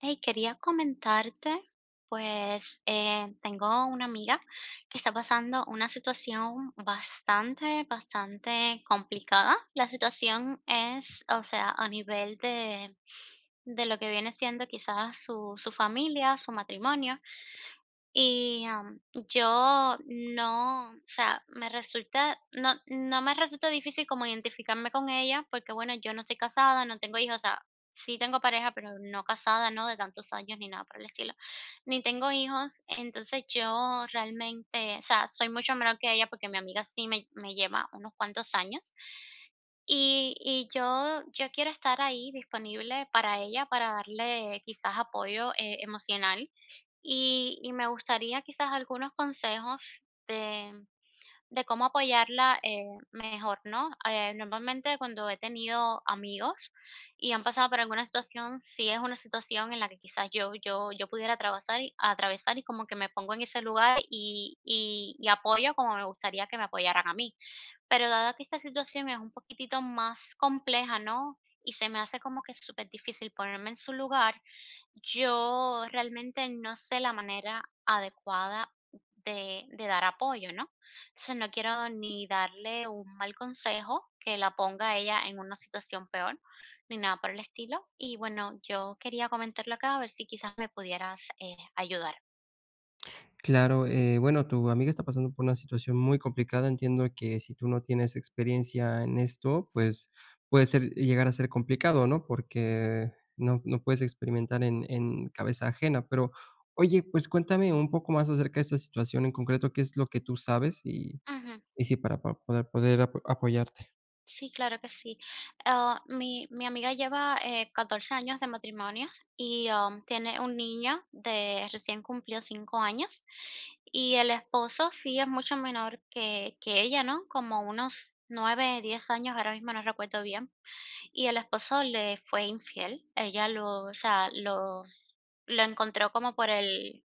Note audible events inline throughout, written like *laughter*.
Hey, quería comentarte, pues tengo una amiga que está pasando una situación bastante, bastante complicada. La situación es, o sea, a nivel de lo que viene siendo quizás su familia, su matrimonio. Y, yo no, o sea, me resulta no me resulta difícil como identificarme con ella, porque, bueno, yo no estoy casada, no tengo hijos, o sea, sí tengo pareja, pero no casada, ¿no?, de tantos años ni nada por el estilo, ni tengo hijos. Entonces, yo realmente, o sea, soy mucho menor que ella, porque mi amiga sí me lleva unos cuantos años, y yo quiero estar ahí disponible para ella, para darle quizás apoyo, emocional, y me gustaría quizás algunos consejos de cómo apoyarla, mejor, ¿no? Normalmente, cuando he tenido amigos y han pasado por alguna situación, si es una situación en la que quizás yo pudiera atravesar y atravesar y como que me pongo en ese lugar y apoyo como me gustaría que me apoyaran a mí. Pero dada que esta situación es un poquitito más compleja, ¿no? Y se me hace como que súper difícil ponerme en su lugar, yo realmente no sé la manera adecuada de, dar apoyo, ¿no? Entonces no quiero ni darle un mal consejo que la ponga a ella en una situación peor, ni nada por el estilo. Y bueno, yo quería comentarlo acá a ver si quizás me pudieras ayudar. Claro, bueno, tu amiga está pasando por una situación muy complicada. Entiendo que si tú no tienes experiencia en esto, pues puede ser llegar a ser complicado, ¿no? Porque no puedes experimentar en cabeza ajena. Pero, oye, pues cuéntame un poco más acerca de esta situación en concreto, qué es lo que tú sabes y sí, poder, apoyarte. Sí, claro que sí. Ah, mi amiga lleva 14 años de matrimonio y tiene un niño de recién cumplió 5 años, y el esposo sí es mucho menor que, ella, ¿no? Como unos 9, 10 años, ahora mismo no recuerdo bien. Y el esposo le fue infiel. Ella lo, o sea, lo encontró como por el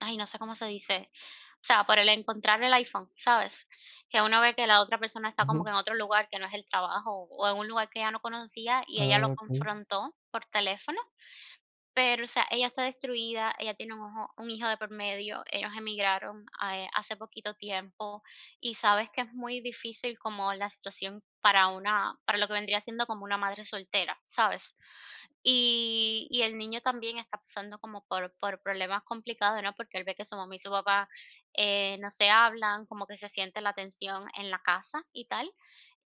ay, no sé cómo se dice, o sea, por el encontrar el iPhone, ¿sabes? Que uno ve que la otra persona está como que Ujú. en otro lugar que no es el trabajo o en un lugar que ella no conocía y ella lo Ah, ok. confrontó por teléfono. Pero, o sea, ella está destruida, ella tiene un hijo de por medio, ellos emigraron, hace poquito tiempo, y sabes que es muy difícil como la situación para una para lo que vendría siendo como una madre soltera, ¿sabes? Y el niño también está pasando como por problemas complicados, ¿no? Porque él ve que su mamá y su papá no se hablan, como que se siente la tensión en la casa y tal.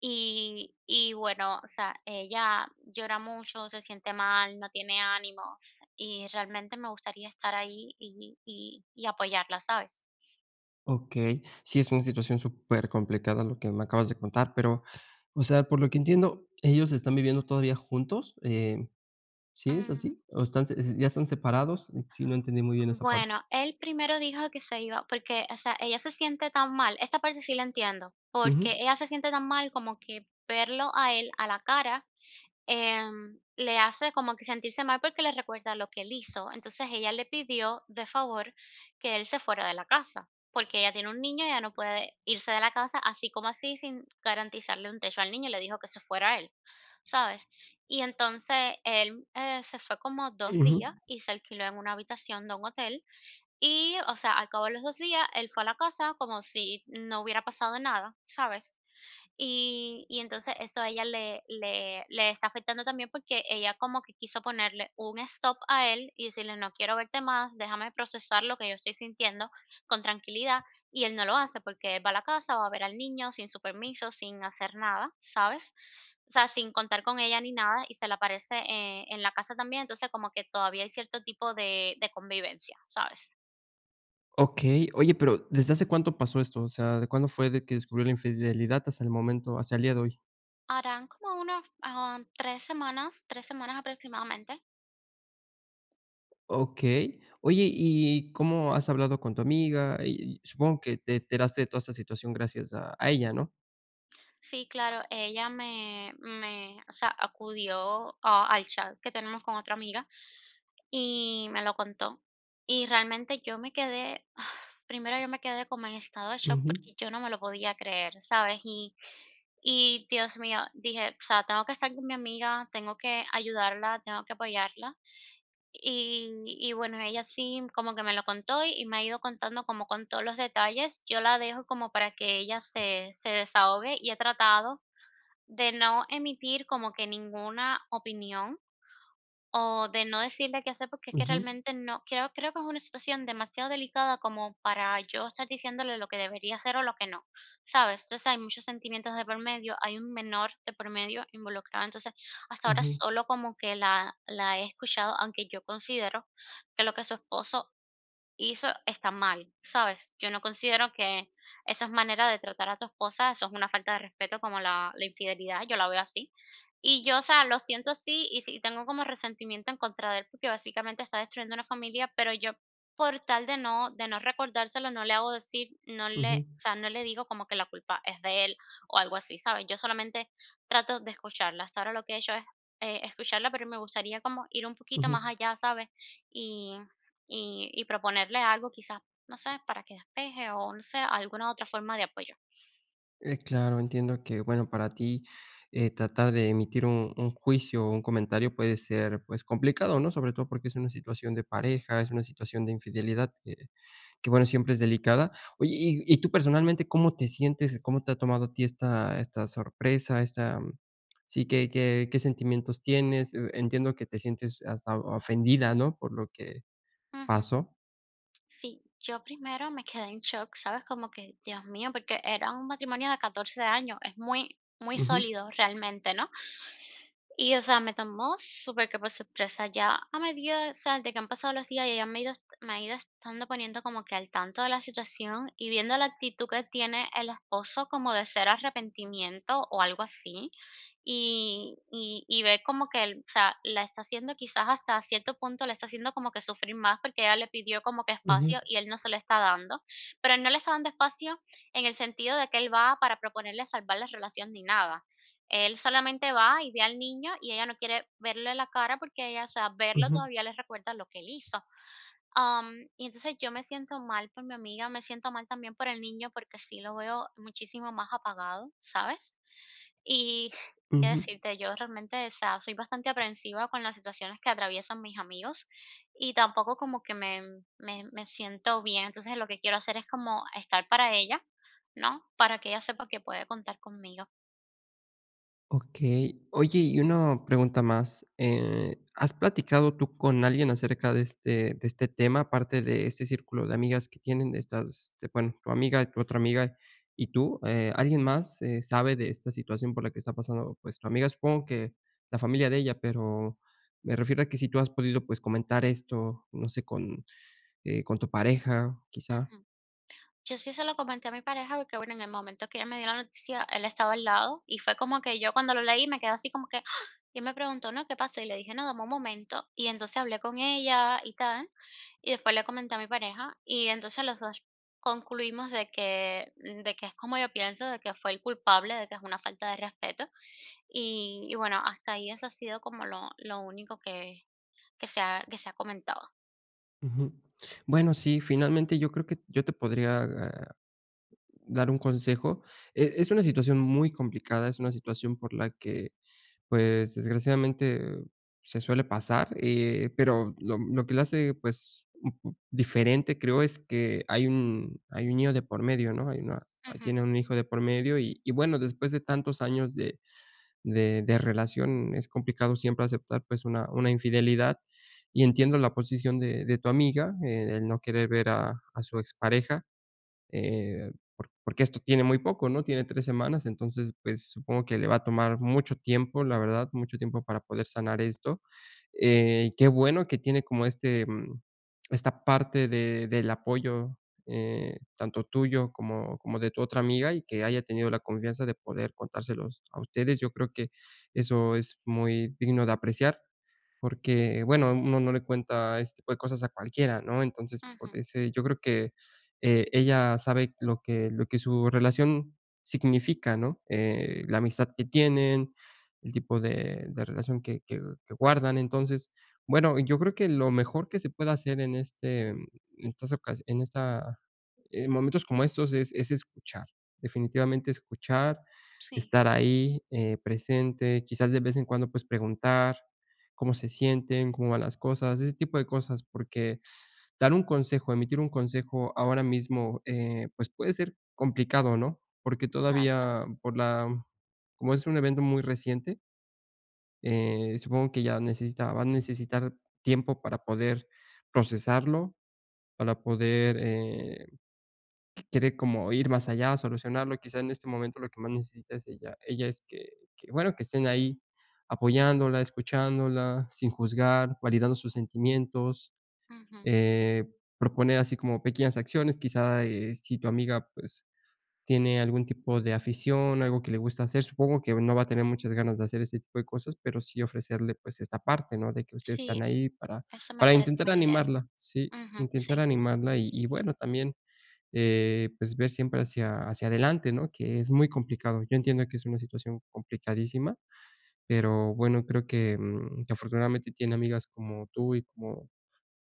Y bueno, o sea, ella llora mucho, se siente mal, no tiene ánimos y realmente me gustaría estar ahí y apoyarla, ¿sabes? Ok, sí es una situación súper complicada lo que me acabas de contar, pero, o sea, por lo que entiendo, ellos están viviendo todavía juntos. ¿Sí es Mm, así? ¿O s- están se ya están separados? Sí, no entendí muy bien esa parte. Bueno, él primero dijo que se iba porque, o sea, ella se siente tan mal, esta parte sí la entiendo, Ujú. porque ella se siente tan mal como que verlo a él a la cara, le hace como que sentirse mal porque le recuerda lo que él hizo. Entonces ella le pidió de favor que él se fuera de la casa, porque ella tiene un niño y ella no puede irse de la casa así como así sin garantizarle un techo al niño. Le dijo que se fuera él, ¿sabes? Y entonces él se fue como dos Ujú. días y se alquiló en una habitación de un hotel. Y, o sea, al cabo de los 2 días, él fue a la casa como si no hubiera pasado nada, ¿sabes? Y entonces eso a ella le está afectando también, porque ella como que quiso ponerle un stop a él y decirle: "No quiero verte más, déjame procesar lo que yo estoy sintiendo con tranquilidad", y él no lo hace, porque él va a la casa, va a ver al niño sin su permiso, sin hacer nada, ¿sabes? O sea, sin contar con ella ni nada, y se le aparece en la casa también, entonces como que todavía hay cierto tipo de convivencia, ¿sabes? Okey. Oye, pero, ¿desde hace cuánto pasó esto? O sea, ¿de cuándo fue de que descubrió la infidelidad hasta el momento, hasta el día de hoy? Harán como unas, 3 semanas, 3 semanas aproximadamente. Okey. Oye, ¿y cómo has hablado con tu amiga? Y supongo que te enteraste de toda esta situación gracias a ella, ¿no? Sí, claro, ella o sea, acudió al chat que tenemos con otra amiga y me lo contó. Y realmente yo me quedé, *sighs* primero yo me quedé como en estado de shock Ujú, porque yo no me lo podía creer, ¿sabes? Y Dios mío, dije, o sea, tengo que estar con mi amiga, tengo que ayudarla, tengo que apoyarla. Y bueno, ella sí como que me lo contó y me ha ido contando como con todos los detalles. Yo la dejo como para que ella se desahogue y he tratado de no emitir como que ninguna opinión, o de no decirle qué hacer, porque es que ujú, realmente no creo que es una situación demasiado delicada como para yo estar diciéndole lo que debería hacer o lo que no, ¿sabes? Entonces, hay muchos sentimientos de por medio, hay un menor de por medio involucrado. Entonces, hasta ahora ujú, solo como que la he escuchado, aunque yo considero que lo que su esposo y eso está mal, ¿sabes? Yo no considero que esa es manera de tratar a tu esposa, eso es una falta de respeto como la infidelidad, yo la veo así. Y yo, o sea, lo siento así y sí, tengo como resentimiento en contra de él porque básicamente está destruyendo una familia, pero yo por tal de no recordárselo, no le hago decir, no le, o ujú, sea, no le digo como que la culpa es de él o algo así, ¿sabes? Yo solamente trato de escucharla. Hasta ahora lo que he hecho es escucharla, pero me gustaría como ir un poquito ujú. más allá, ¿sabes? Y proponerle algo quizás, no sé, para que despeje o no sé, alguna otra forma de apoyo. Claro, entiendo que, bueno, para ti, tratar de emitir un juicio o un comentario puede ser, pues, complicado, ¿no? Sobre todo porque es una situación de pareja, es una situación de infidelidad que, bueno, siempre es delicada. Oye, y tú personalmente, ¿cómo te sientes? ¿Cómo te ha tomado a ti esta, esta sorpresa? Sí, ¿qué, qué, qué sentimientos tienes? Entiendo que te sientes hasta ofendida, ¿no? Por lo que Ujú. pasó. Sí, yo primero me quedé en shock, ¿sabes? Como que, Dios mío, porque era un matrimonio de 14 años, es muy, muy Ujú, sólido realmente, ¿no? Y, o sea, me tomó súper que por sorpresa, ya a medida, o sea, de que han pasado los días y ella me ha ido estando poniendo como que al tanto de la situación y viendo la actitud que tiene el esposo como de ser arrepentimiento o algo así. Y ve como que, él, o sea, la está haciendo quizás hasta cierto punto, le está haciendo como que sufrir más porque ella le pidió como que ujú, espacio y él no se lo está dando. Pero él no le está dando espacio en el sentido de que él va para proponerle salvar la relación ni nada. Él solamente va y ve al niño y ella no quiere verle la cara porque ella, o sea, verlo ujú, todavía les recuerda lo que él hizo. Y entonces yo me siento mal por mi amiga, me siento mal también por el niño porque sí lo veo muchísimo más apagado, ¿sabes? Y *laughs* *sighs* qué ujú. decirte, yo realmente, o sea, soy bastante aprensiva con las situaciones que atraviesan mis amigos y tampoco como que me siento bien. Entonces lo que quiero hacer es como estar para ella, ¿no? Para que ella sepa que puede contar conmigo. Okey. Oye, y una pregunta más, ¿has platicado tú con alguien acerca de este tema, aparte de este círculo de amigas que tienen de estas de, bueno, tu amiga, tu otra amiga y tú? ¿Alguien más, sabe de esta situación por la que está pasando, pues, tu amiga? Supongo que la familia de ella, pero me refiero a que si tú has podido, pues, comentar esto, no sé, con tu pareja, quizá. Ujú. Yo sí se lo comenté a mi pareja, porque, bueno, en el momento que ella me dio la noticia, él estaba al lado, y fue como que yo cuando lo leí me quedé así como que *gasps* y me preguntó: "¿No, qué pasó?". Y le dije: "No, dame un momento". Y entonces hablé con ella y tal, y después le comenté a mi pareja, y entonces los 2 concluimos de que de que es como yo pienso, de que fue el culpable, de que es una falta de respeto. Y bueno, hasta ahí eso ha sido como lo único que se ha comentado. Ujú. Bueno, sí, finalmente yo creo que yo te podría dar un consejo. E- Es una situación muy complicada, es una situación por la que, pues, desgraciadamente se suele pasar, pero lo que la hace, pues, un po- diferente, creo, es que hay un niño de por medio, ¿no? Hay una, ah, Ujú, tiene un hijo de por medio y bueno, después de tantos años de, de relación, es complicado siempre aceptar, pues, una infidelidad. Y entiendo la posición de tu amiga, el no querer ver a su expareja, porque esto tiene muy poco, ¿no? Tiene 3 semanas, entonces, pues, supongo que le va a tomar mucho tiempo, la verdad, mucho tiempo para poder sanar esto. Qué bueno que tiene como este, mm, esta parte de del apoyo, tanto tuyo como de tu otra amiga, y que haya tenido la confianza de poder contárselos a ustedes. Yo creo que eso es muy digno de apreciar. Porque, bueno, uno no le cuenta este tipo de cosas a cualquiera, ¿no? Entonces, por ujú, ese yo creo que, ella sabe lo que su relación significa, ¿no? La amistad que tienen, el tipo de relación que guardan. Entonces, bueno, yo creo que lo mejor que se puede hacer en esta en momentos como estos es escuchar, definitivamente escuchar, sí, estar ahí, presente, quizás de vez en cuando, pues, preguntar, cómo se sienten, cómo van las cosas, ese tipo de cosas, porque dar un consejo, emitir un consejo ahora mismo, pues puede ser complicado, ¿no? Porque exacto. todavía por la, como es un evento muy reciente, supongo que ya necesita va a necesitar tiempo para poder procesarlo, para poder, eh, quiere como ir más allá, solucionarlo. Quizá en este momento lo que más necesita es ella. Ella es bueno, que estén ahí apoyándola, escuchándola, sin juzgar, validando sus sentimientos, Ujú. eh, proponer así como pequeñas acciones. Quizá, si tu amiga, pues, tiene algún tipo de afición, algo que le gusta hacer, supongo que no va a tener muchas ganas de hacer ese tipo de cosas, pero sí ofrecerle, pues, esta parte, ¿no? De que ustedes están Sí. ahí Eso me para parece intentar buena idea. animarla, sí, Ujú, intentar sí. animarla y bueno, también pues, ver siempre hacia adelante, ¿no? Que es muy complicado. Yo entiendo que es una situación complicadísima, pero bueno, creo que, mm, que afortunadamente tiene amigas como tú y como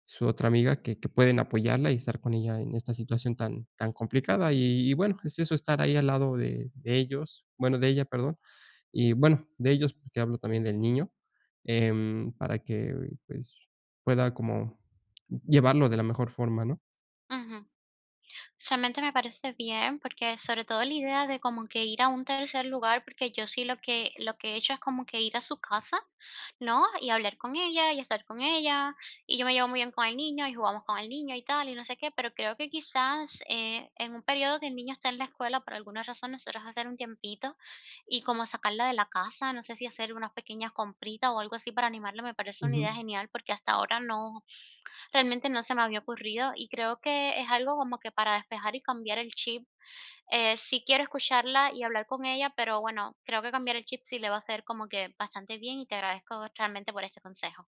su otra amiga que pueden apoyarla y estar con ella en esta situación tan complicada. Y bueno, es eso, estar ahí al lado de ellos, bueno, de ella, perdón, y bueno, de ellos, porque hablo también del niño, em, para que, pues, pueda como llevarlo de la mejor forma, ¿no? Ujú. Realmente me parece bien, porque sobre todo la idea de como que ir a un tercer lugar, porque yo sí lo que he hecho es como que ir a su casa, ¿no? Y hablar con ella y estar con ella, y yo me llevo muy bien con el niño y jugamos con el niño y tal, y no sé qué, pero creo que quizás en un periodo que el niño está en la escuela, por alguna razón, nosotros hacer un tiempito y como sacarla de la casa, no sé si hacer unas pequeñas compritas o algo así para animarla, me parece una idea genial, porque hasta ahora no. Realmente no se me había ocurrido y creo que es algo como que para despejar y cambiar el chip. Sí quiero escucharla y hablar con ella, pero bueno, creo que cambiar el chip sí le va a ser como que bastante bien y te agradezco realmente por este consejo.